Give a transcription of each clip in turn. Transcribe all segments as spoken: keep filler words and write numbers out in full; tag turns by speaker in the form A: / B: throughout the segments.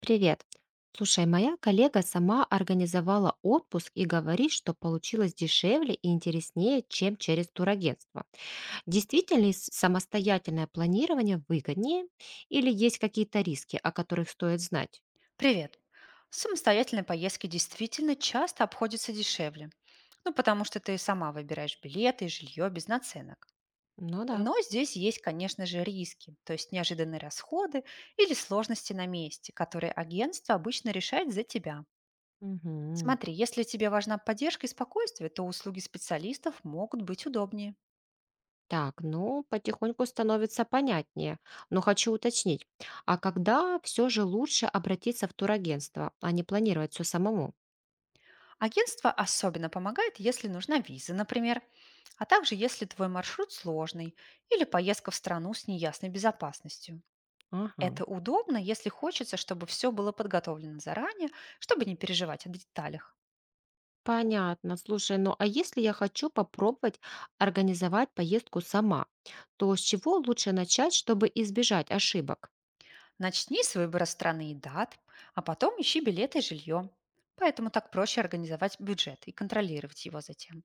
A: Привет. Слушай, моя коллега сама организовала отпуск и говорит, что получилось дешевле и интереснее, чем через турагентство. Действительно ли с- самостоятельное планирование выгоднее или есть какие-то риски, о которых стоит знать?
B: Привет. Самостоятельные поездки действительно часто обходятся дешевле. Ну, потому что ты сама выбираешь билеты и жилье без наценок.
A: Ну да.
B: Но здесь есть, конечно же, риски, то есть неожиданные расходы или сложности на месте, которые агентство обычно решает за тебя.
A: Мгм.
B: Смотри, если тебе важна поддержка и спокойствие, то услуги специалистов могут быть удобнее.
A: Так, ну, потихоньку становится понятнее, но хочу уточнить, а когда все же лучше обратиться в турагентство, а не планировать все самому?
B: Агентство особенно помогает, если нужна виза, например, а также если твой маршрут сложный или поездка в страну с неясной безопасностью.
A: Ага.
B: Это удобно, если хочется, чтобы все было подготовлено заранее, чтобы не переживать о деталях.
A: Понятно. Слушай, ну а если я хочу попробовать организовать поездку сама, то с чего лучше начать, чтобы избежать ошибок?
B: Начни с выбора страны и дат, а потом ищи билеты и жилье. Поэтому так проще организовать бюджет и контролировать его затем.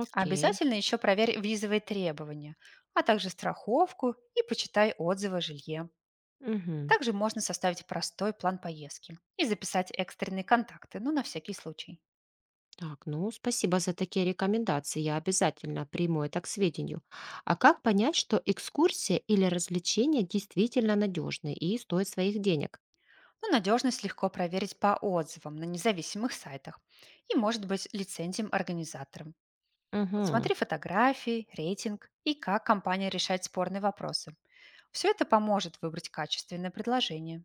A: Окей.
B: Обязательно еще проверь визовые требования, а также страховку и почитай отзывы о жилье.
A: Мгм.
B: Также можно составить простой план поездки и записать экстренные контакты, ну на всякий случай.
A: Так, ну спасибо за такие рекомендации. Я обязательно приму это к сведению. А как понять, что экскурсия или развлечение действительно надежны и стоят своих денег?
B: Но надежность легко проверить по отзывам на независимых сайтах и может быть лицензиям организаторам. Вот,
A: Мгм.
B: смотри фотографии, рейтинг и как компания решает спорные вопросы. Все это поможет выбрать качественное предложение.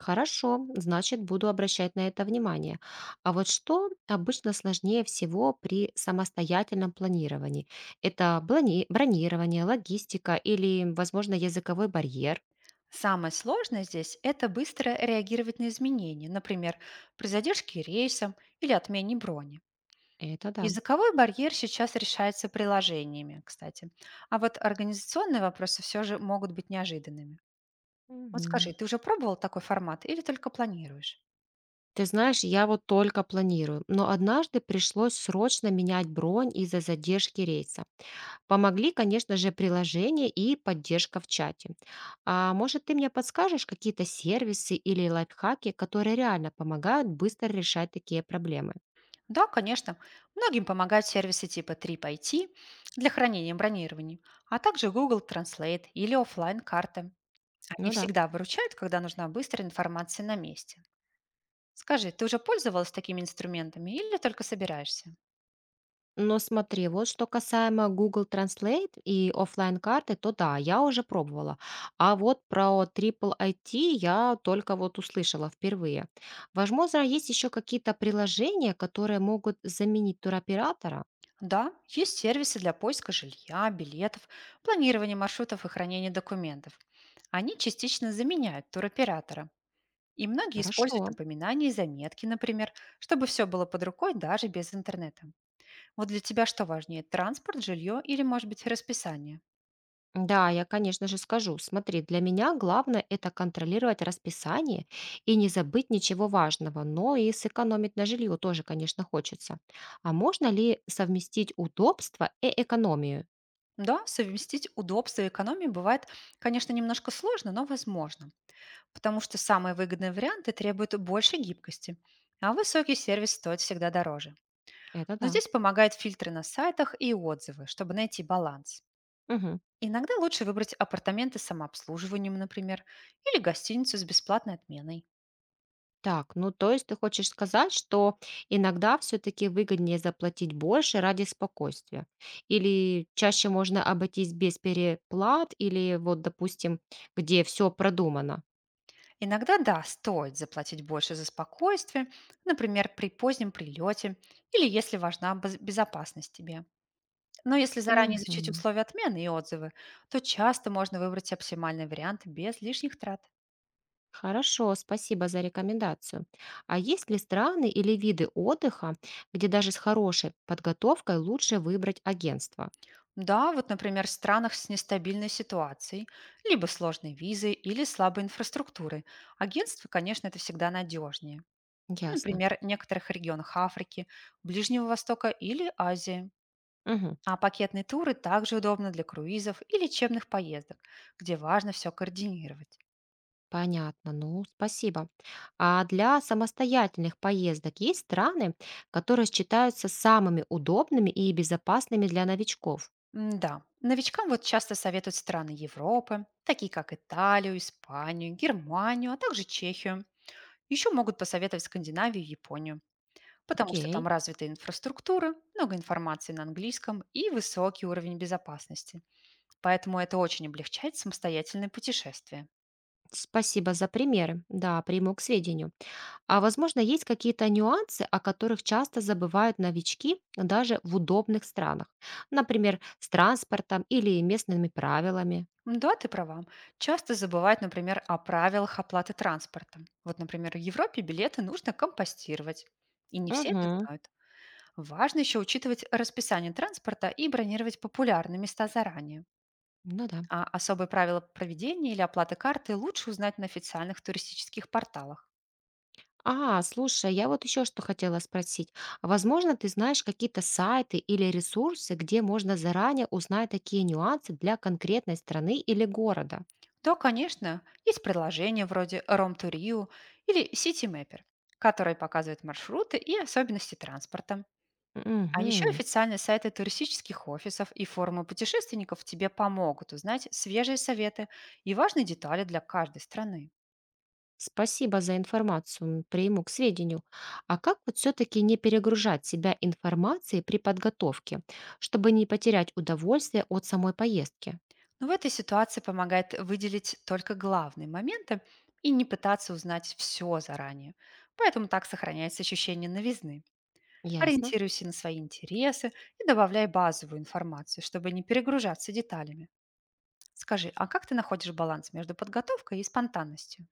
A: Хорошо, значит, буду обращать на это внимание. А вот что обычно сложнее всего при самостоятельном планировании? Это блони- бронирование, логистика или, возможно, языковой барьер?
B: Самое сложное здесь — это быстро реагировать на изменения, например, при задержке рейса или отмене брони.
A: Это да.
B: Языковой барьер сейчас решается приложениями, кстати. А вот организационные вопросы все же могут быть неожиданными. Вот
A: Мгм.
B: скажи, ты уже пробовал такой формат или только планируешь?
A: Ты знаешь, я вот только планирую, но однажды пришлось срочно менять бронь из-за задержки рейса. Помогли, конечно же, приложение и поддержка в чате. А может, ты мне подскажешь какие-то сервисы или лайфхаки, которые реально помогают быстро решать такие проблемы?
B: Да, конечно. Многим помогают сервисы типа TripIT для хранения бронирований, а также Google Translate или оффлайн карты. Они
A: Ну да.
B: всегда выручают, когда нужна быстрая информация на месте. Скажи, ты уже пользовалась такими инструментами или только собираешься?
A: Но смотри, вот что касаемо Google Translate и оффлайн карты, то да, я уже пробовала. А вот про Triple I T я только вот услышала впервые. Возможно, есть еще какие-то приложения, которые могут заменить туроператора?
B: Да, есть сервисы для поиска жилья, билетов, планирования маршрутов и хранения документов. Они частично заменяют туроператора, и многие используют
A: Хорошо.
B: напоминания и заметки, например, чтобы все было под рукой даже без интернета. Вот для тебя что важнее — транспорт, жилье или, может быть, расписание?
A: Да, я, конечно же, скажу. Смотри, для меня главное — это контролировать расписание и не забыть ничего важного, но и сэкономить на жилье тоже, конечно, хочется. А можно ли совместить удобство и экономию?
B: Да, совместить удобство и экономию бывает, конечно, немножко сложно, но возможно, потому что самые выгодные варианты требуют больше гибкости, а высокий сервис стоит всегда дороже.
A: Это
B: Но
A: да.
B: здесь помогают фильтры на сайтах и отзывы, чтобы найти баланс.
A: Мгм.
B: Иногда лучше выбрать апартаменты с самообслуживанием, например, или гостиницу с бесплатной отменой.
A: Так, ну то есть ты хочешь сказать, что иногда все-таки выгоднее заплатить больше ради спокойствия? Или чаще можно обойтись без переплат, или вот, допустим, где все продумано?
B: Иногда, да, стоит заплатить больше за спокойствие, например, при позднем прилете или если важна баз- безопасность тебе. Но если заранее изучить
A: Мгм.
B: условия отмены и отзывы, то часто можно выбрать оптимальный вариант без лишних трат.
A: Хорошо, спасибо за рекомендацию. А есть ли страны или виды отдыха, где даже с хорошей подготовкой лучше выбрать агентство?
B: Да, вот, например, в странах с нестабильной ситуацией, либо сложной визой или слабой инфраструктурой. Агентство, конечно, это всегда надежнее.
A: Ясно.
B: Например, в некоторых регионах Африки, Ближнего Востока или Азии.
A: Мгм.
B: А пакетные туры также удобны для круизов и лечебных поездок, где важно все координировать.
A: Понятно. Ну, спасибо. А для самостоятельных поездок есть страны, которые считаются самыми удобными и безопасными для новичков?
B: М, Да, новичкам вот часто советуют страны Европы, такие как Италию, Испанию, Германию, а также Чехию. Еще могут посоветовать Скандинавию и Японию, потому что
A: Окей.
B: там развитая инфраструктура, много информации на английском и высокий уровень безопасности. Поэтому это очень облегчает самостоятельное путешествие.
A: Спасибо за примеры. Да, приму к сведению. А возможно, есть какие-то нюансы, о которых часто забывают новички даже в удобных странах. Например, с транспортом или местными правилами.
B: М, Да, ты права. Часто забывают, например, о правилах оплаты транспорта. Вот, например, в Европе билеты нужно компостировать. И не все это
A: Угу,
B: знают. Важно еще учитывать расписание транспорта и бронировать популярные места заранее.
A: ну да.
B: А особые правила проведения или оплаты карты лучше узнать на официальных туристических порталах.
A: А, слушай, я вот еще что хотела спросить. Возможно, ты знаешь какие-то сайты или ресурсы, где можно заранее узнать такие нюансы для конкретной страны или города?
B: То, конечно, есть приложения вроде Rome to Rio или City Mapper, которые показывают маршруты и особенности транспорта. А еще
A: Угу.
B: официальные сайты туристических офисов и форумы путешественников тебе помогут узнать свежие советы и важные детали для каждой страны.
A: Спасибо за информацию, м, приму к сведению. А как вот все-таки не перегружать себя информацией при подготовке, чтобы не потерять удовольствие от самой поездки?
B: Но в этой ситуации помогает выделить только главные моменты и не пытаться узнать все заранее. Поэтому так сохраняется ощущение новизны.
A: Ясно.
B: Ориентируйся на свои интересы и добавляй базовую информацию, чтобы не перегружаться деталями. Скажи, а как ты находишь баланс между подготовкой и спонтанностью?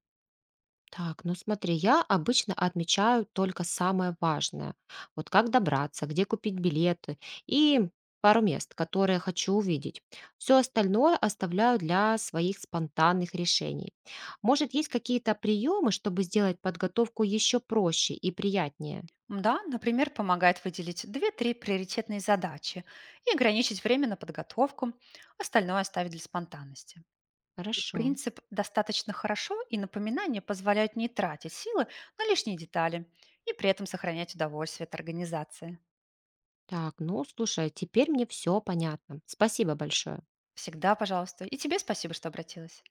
A: Так, ну смотри, я обычно отмечаю только самое важное. Вот как добраться, где купить билеты и пару мест, которые хочу увидеть. Все остальное оставляю для своих спонтанных решений. Может, есть какие-то приемы, чтобы сделать подготовку еще проще и приятнее?
B: Да, например, помогает выделить две-три приоритетные задачи и ограничить время на подготовку, остальное оставить для спонтанности.
A: Хорошо.
B: Принцип «достаточно хорошо» и напоминания позволяют не тратить силы на лишние детали и при этом сохранять удовольствие от организации.
A: Так, ну слушай, теперь мне все понятно. Спасибо большое.
B: Всегда, пожалуйста. И тебе спасибо, что обратилась.